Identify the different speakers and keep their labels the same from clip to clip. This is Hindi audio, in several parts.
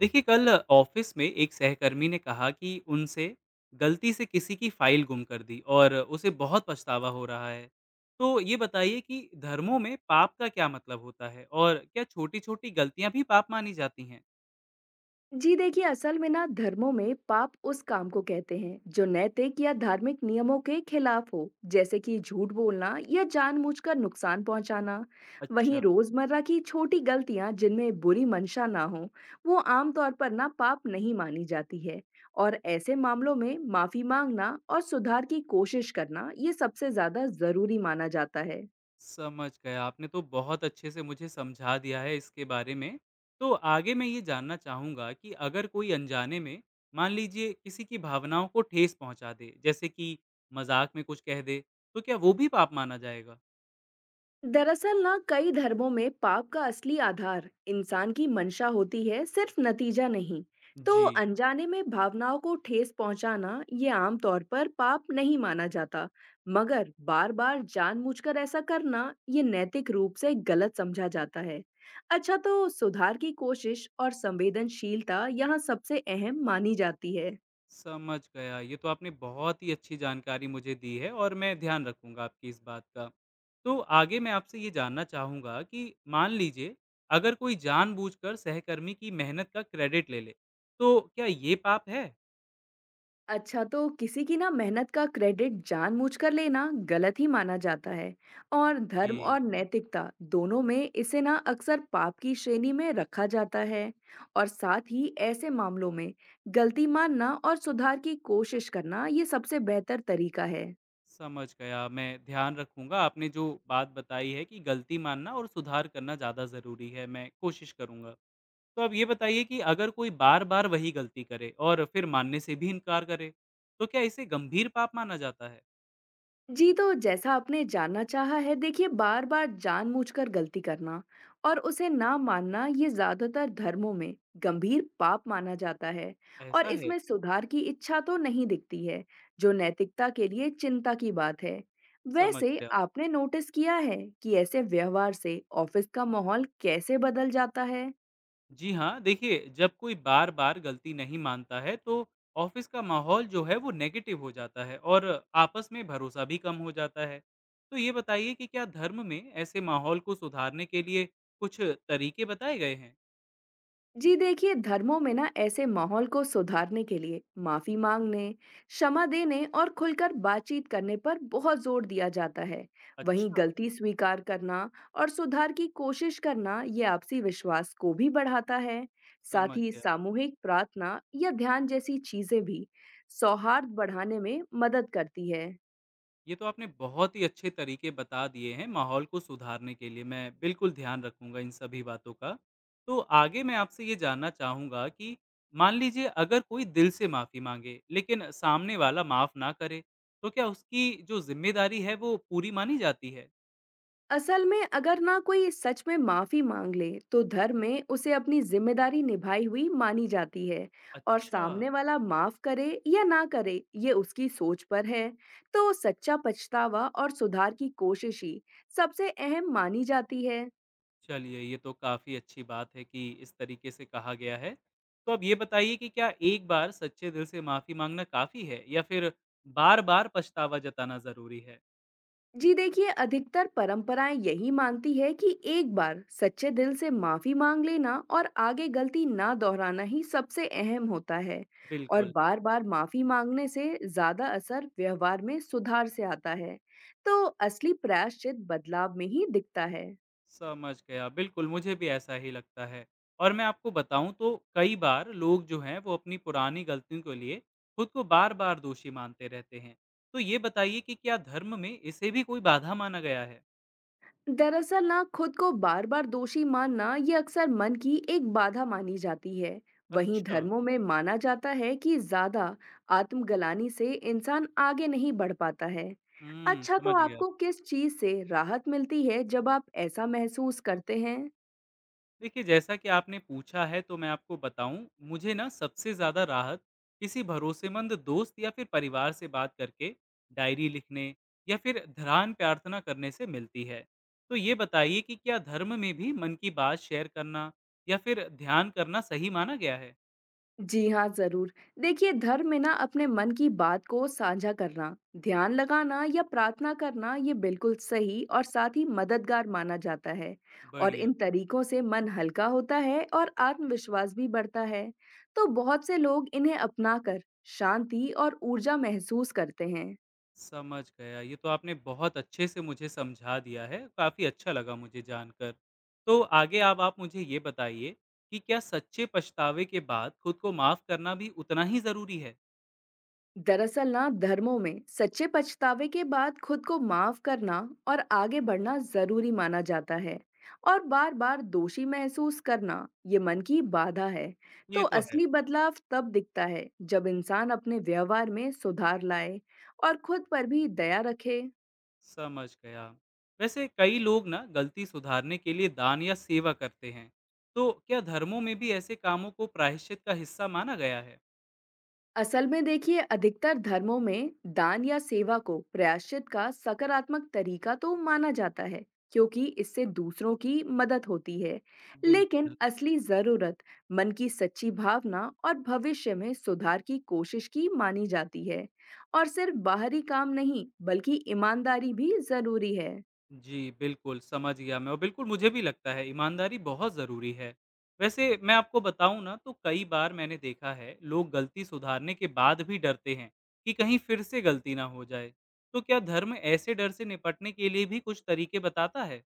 Speaker 1: देखिए, कल ऑफिस में एक सहकर्मी ने कहा कि उनसे गलती से किसी की फाइल गुम कर दी और उसे बहुत पछतावा हो रहा है। तो ये बताइए कि धर्मों में पाप का क्या मतलब होता है और क्या छोटी छोटी गलतियां भी पाप मानी जाती हैं।
Speaker 2: जी देखिए असल में ना धर्मों में पाप उस काम को कहते हैं जो नैतिक या धार्मिक नियमों के खिलाफ हो। जैसे कि झूठ बोलना या जानबूझकर नुकसान पहुंचाना। वहीं
Speaker 1: अच्छा।
Speaker 2: रोजमर्रा की छोटी गलतियां जिनमें बुरी मंशा ना हो वो आमतौर पर ना पाप नहीं मानी जाती है। और ऐसे मामलों में माफी मांगना और सुधार की कोशिश करना ये सबसे ज्यादा जरूरी माना जाता है।
Speaker 1: समझ गया, आपने तो बहुत अच्छे से मुझे समझा दिया है इसके बारे में। तो आगे मैं ये जानना चाहूँगा कि अगर कोई अनजाने में मान लीजिए किसी की भावनाओं को ठेस पहुँचा दे, जैसे कि मजाक में कुछ कह दे, तो क्या वो भी पाप माना जाएगा।
Speaker 2: दरअसल ना कई धर्मों में पाप का असली आधार इंसान की मंशा होती है, सिर्फ नतीजा नहीं। तो
Speaker 1: जी।
Speaker 2: अनजाने में भावनाओं को ठेस पहुंचाना ये आमतौर पर पाप नहीं माना जाता। मगर बार बार जानबूझकर ऐसा करना ये नैतिक रूप से गलत समझा जाता है। अच्छा, तो सुधार की कोशिश और संवेदनशीलता यहाँ सबसे अहम मानी जाती है।
Speaker 1: समझ गया। ये तो आपने बहुत ही अच्छी जानकारी मुझे दी है और मैं ध्यान रखूँगा आपकी इस बात का। तो आगे मैं आपसे ये जानना चाहूँगा कि मान लीजिए अगर कोई जानबूझकर सहकर्मी की मेहनत का क्रेडिट ले ले, तो क्या ये पाप है?
Speaker 2: अच्छा, तो किसी की ना मेहनत का क्रेडिट जानबूझकर लेना गलत ही माना जाता है। और धर्म और
Speaker 1: जी।
Speaker 2: नैतिकता दोनों में इसे ना अक्सर पाप की श्रेणी में रखा जाता है। और साथ ही ऐसे मामलों में गलती मानना और सुधार की कोशिश करना ये सबसे बेहतर तरीका है।
Speaker 1: समझ गया। मैं ध्यान रखूँगा, आपने जो बात बताई है कि गलती मानना और सुधार करना ज़्यादा ज़रूरी है, मैं कोशिश करूँगा। तो आप ये बताइए कि अगर कोई बार-बार वही गलती करे और फिर मानने से भी इनकार करे, तो क्या इसे गंभीर पाप माना जाता है?
Speaker 2: जी, तो जैसा आपने जानना चाहा है, देखिए बार-बार जानबूझकर गलती करना और उसे ना मानना ये ज़्यादातर धर्मों में गंभीर पाप माना जाता है। और
Speaker 1: ऐसा है।
Speaker 2: इसमें सुधार की इच्छा तो नहीं दिखती है, जो नैतिकता के लिए चिंता की बात है।
Speaker 1: समझ
Speaker 2: वैसे
Speaker 1: गया।
Speaker 2: आपने नोटिस किया है कि ऐसे व्यवहार से ऑफिस का माहौल कैसे बदल जाता है?
Speaker 1: जी हाँ, देखिए जब कोई बार-बार गलती नहीं मानता है तो ऑफिस का माहौल जो है वो नेगेटिव हो जाता है और आपस में भरोसा भी कम हो जाता है। तो ये बताइए कि क्या धर्म में ऐसे माहौल को सुधारने के लिए कुछ तरीके बताए गए हैं?
Speaker 2: जी देखिए धर्मों में ना ऐसे माहौल को सुधारने के लिए माफी मांगने, क्षमा देने और खुलकर बातचीत करने पर बहुत जोर दिया जाता है। वहीं
Speaker 1: अच्छा।
Speaker 2: गलती स्वीकार करना और सुधार की कोशिश करना ये आपसी विश्वास को भी बढ़ाता है। साथ
Speaker 1: समझ
Speaker 2: ही
Speaker 1: गया।
Speaker 2: सामूहिक प्रार्थना या ध्यान जैसी चीजें भी सौहार्द बढ़ाने में मदद करती है।
Speaker 1: ये तो आपने बहुत ही अच्छे तरीके बता दिए हैं माहौल को सुधारने के लिए। मैं बिल्कुल ध्यान रखूँगा इन सभी बातों का। तो आगे मैं आपसे ये जानना चाहूँगा कि मान लीजिए अगर कोई दिल से माफ़ी माँगे, लेकिन सामने वाला माफ़ ना करे, तो क्या उसकी जो ज़िम्मेदारी है वो पूरी मानी जाती है?
Speaker 2: असल में अगर ना कोई सच में माफी मांग ले तो धर्म में उसे अपनी जिम्मेदारी निभाई हुई मानी जाती है। और
Speaker 1: अच्छा।
Speaker 2: सामने वाला माफ करे या ना करे ये उसकी सोच पर है। तो सच्चा पछतावा और सुधार की कोशिश ही सबसे अहम मानी जाती है।
Speaker 1: चलिए ये तो काफ़ी अच्छी बात है कि इस तरीके से कहा गया है। तो अब ये बताइए कि क्या एक बार सच्चे दिल से माफ़ी माँगना काफ़ी है या फिर बार-बार पछतावा जताना ज़रूरी है?
Speaker 2: जी देखिए अधिकतर परंपराएं यही मानती है कि एक बार सच्चे दिल से माफी मांग लेना और आगे गलती ना दोहराना ही सबसे अहम होता है। और
Speaker 1: बिल्कुल।
Speaker 2: बार बार माफी मांगने से ज्यादा असर व्यवहार में सुधार से आता है। तो असली प्रायश्चित बदलाव में ही दिखता है।
Speaker 1: समझ गया, बिल्कुल मुझे भी ऐसा ही लगता है। और मैं आपको बताऊँ तो कई बार लोग जो हैं वो अपनी पुरानी गलतियों के लिए खुद को बार-बार दोषी मानते रहते हैं। तो ये बताइए कि क्या धर्म में इसे भी कोई बाधा माना गया है?
Speaker 2: दरअसल ना खुद को बार बार दोषी मानना ये अक्सर मन की एक बाधा मानी जाती है। वहीं
Speaker 1: अच्छा।
Speaker 2: धर्मों में माना जाता है कि ज्यादा आत्मगलानी से इंसान आगे नहीं बढ़ पाता है।
Speaker 1: हुँ,
Speaker 2: अच्छा, तो
Speaker 1: समझ गया।
Speaker 2: आपको किस चीज से राहत मिलती है जब आप ऐसा महसूस करते हैं?
Speaker 1: देखिए, जैसा कि आपने पूछा है तो मैं आपको बताऊँ, मुझे ना सबसे ज़्यादा राहत किसी भरोसेमंद दोस्त या फिर परिवार से बात करके, डायरी लिखने, या फिर ध्यान प्रार्थना करने से मिलती है। तो ये बताइए कि क्या धर्म में भी मन की बात शेयर करना या फिर ध्यान करना सही माना गया है?
Speaker 2: जी हाँ, ज़रूर। देखिए, धर्म में ना अपने मन की बात को साझा करना, ध्यान लगाना या प्रार्थना करना ये बिल्कुल सही और साथ ही मददगार माना जाता है। और
Speaker 1: बढ़िया।
Speaker 2: इन तरीकों से मन हल्का होता है और आत्मविश्वास भी बढ़ता है। तो बहुत से लोग इन्हें अपनाकर शांति और ऊर्जा महसूस करते हैं।
Speaker 1: समझ गया। ये तो आपने बहुत अच्छे से मुझे समझा दिया है, काफ़ी अच्छा लगा मुझे जानकर। तो आगे अब आप मुझे ये बताइए कि क्या सच्चे पछतावे के बाद खुद को माफ़ करना भी उतना ही ज़रूरी है?
Speaker 2: दरअसल ना धर्मों में सच्चे पछतावे के बाद खुद को माफ करना और आगे बढ़ना जरूरी माना जाता है। और बार बार दोषी महसूस करना ये मन की बाधा है। तो
Speaker 1: ये तो है।
Speaker 2: असली बदलाव तब दिखता है जब इंसान अपने व्यवहार में सुधार लाए और खुद पर भी दया रखे।
Speaker 1: समझ गया। वैसे कई लोग ना गलती सुधारने के लिए दान या सेवा करते हैं। तो क्या धर्मों में भी ऐसे कामों को प्रायश्चित का हिस्सा माना गया है?
Speaker 2: असल में देखिए अधिकतर धर्मों में दान या सेवा को प्रायश्चित का सकारात्मक तरीका तो माना जाता है, क्योंकि इससे दूसरों की मदद होती है। लेकिन
Speaker 1: बिल्कुल।
Speaker 2: असली जरूरत मन की सच्ची भावना और भविष्य में सुधार की कोशिश की मानी जाती है। और सिर्फ बाहरी काम नहीं बल्कि ईमानदारी भी जरूरी है।
Speaker 1: जी, बिल्कुल, समझ गया मैं, और बिल्कुल मुझे भी लगता है ईमानदारी बहुत ज़रूरी है। वैसे मैं आपको बताऊँ ना तो कई बार मैंने देखा है लोग गलती सुधारने के बाद भी डरते हैं कि कहीं फिर से गलती ना हो जाए। तो क्या धर्म ऐसे डर से निपटने के लिए भी कुछ तरीके बताता है?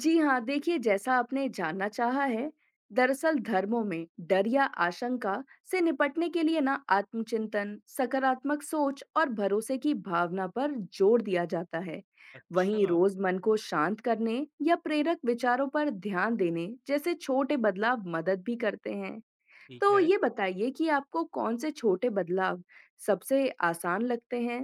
Speaker 2: जी हाँ देखिए जैसा आपने जानना चाहा है, दरअसल धर्मों में डर या आशंका से निपटने के लिए ना आत्मचिंतन, सकारात्मक सोच और भरोसे की भावना पर जोर दिया जाता है। वहीं
Speaker 1: अच्छा।
Speaker 2: रोज मन को शांत करने या प्रेरक विचारों पर ध्यान देने जैसे छोटे बदलाव मदद भी करते हैं।
Speaker 1: ठीक
Speaker 2: तो
Speaker 1: है।
Speaker 2: ये बताइए कि आपको कौन से छोटे बदलाव सबसे आसान लगते हैं?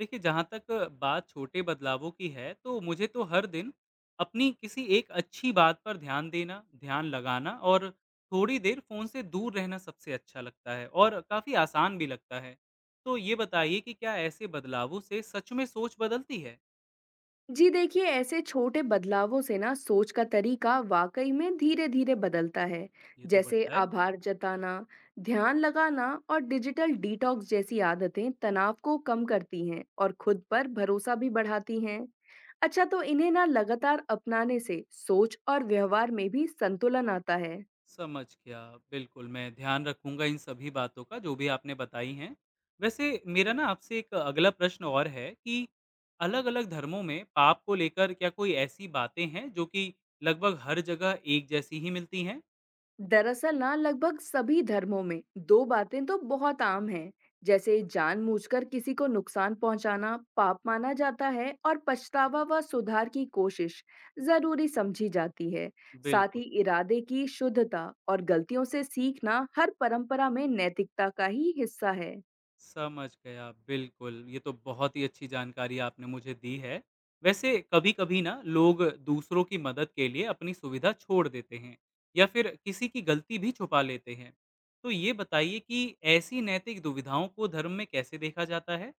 Speaker 1: देखिए, जहाँ तक बात छोटे बदलावों की है, तो मुझे तो हर दिन अपनी किसी एक अच्छी बात पर ध्यान देना, ध्यान लगाना और थोड़ी देर फ़ोन से दूर रहना सबसे अच्छा लगता है और काफ़ी आसान भी लगता है। तो ये बताइए कि क्या ऐसे बदलावों से सच में सोच बदलती है?
Speaker 2: जी देखिए ऐसे छोटे बदलावों से ना सोच का तरीका वाकई में धीरे धीरे बदलता है।
Speaker 1: ये तो
Speaker 2: जैसे
Speaker 1: बढ़िया है।
Speaker 2: आभार जताना, ध्यान लगाना और डिजिटल डिटॉक्स जैसी आदतें तनाव को कम करती हैं और खुद पर भरोसा भी बढ़ाती हैं। अच्छा, तो इन्हें ना लगातार अपनाने से सोच और व्यवहार में भी संतुलन आता है।
Speaker 1: समझ गया। बिल्कुल, मैं ध्यान रखूँगा इन सभी बातों का जो भी आपने बताई हैं। वैसे मेरा ना आपसे एक अगला प्रश्न और है कि अलग-अलग धर्मों में पाप को लेकर क्या कोई ऐसी बातें हैं जो कि लगभग हर जगह एक जैसी ही मिलती हैं?
Speaker 2: दरअसल ना लगभग सभी धर्मों में दो बातें तो बहुत आम हैं। जैसे जानबूझकर किसी को नुकसान पहुंचाना पाप माना जाता है और पछतावा व सुधार की कोशिश जरूरी समझी जाती है। साथ
Speaker 1: बिल्कुल।
Speaker 2: ही इरादे की शुद्धता और गलतियों से सीखना हर परंपरा में नैतिकता का ही हिस्सा है।
Speaker 1: समझ गया, बिल्कुल। ये तो बहुत ही अच्छी जानकारी आपने मुझे दी है। वैसे कभी-कभी ना लोग दूसरों की मदद के लिए अपनी सुविधा छोड़ देते हैं या फिर किसी की गलती भी छुपा लेते हैं। तो ये बताइए कि ऐसी नैतिक दुविधाओं को धर्म में कैसे देखा जाता है?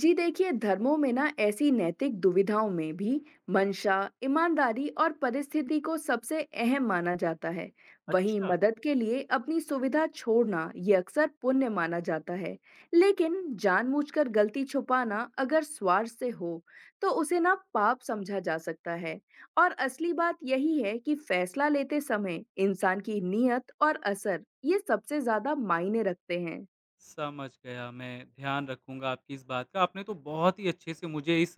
Speaker 2: जी देखिए धर्मों में ना ऐसी नैतिक दुविधाओं में भी मंशा, ईमानदारी और परिस्थिति को सबसे अहम माना जाता है। वहीं
Speaker 1: अच्छा।
Speaker 2: मदद के लिए अपनी सुविधा छोड़ना ये अक्सर पुण्य माना जाता है। लेकिन जानबूझकर गलती छुपाना अगर स्वार्थ से हो तो उसे ना पाप समझा जा सकता है। और असली बात यही है कि फैसला लेते समय इंसान की नीयत और असर ये सबसे ज्यादा मायने रखते हैं।
Speaker 1: समझ गया, मैं ध्यान रखूँगा आपकी इस बात का। आपने तो बहुत ही अच्छे से मुझे इस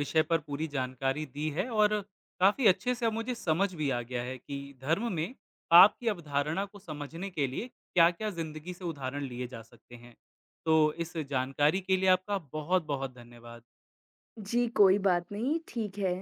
Speaker 1: विषय पर पूरी जानकारी दी है और काफ़ी अच्छे से अब मुझे समझ भी आ गया है कि धर्म में पाप की अवधारणा को समझने के लिए क्या-क्या ज़िंदगी से उदाहरण लिए जा सकते हैं। तो इस जानकारी के लिए आपका बहुत-बहुत धन्यवाद।
Speaker 2: जी कोई बात नहीं, ठीक है।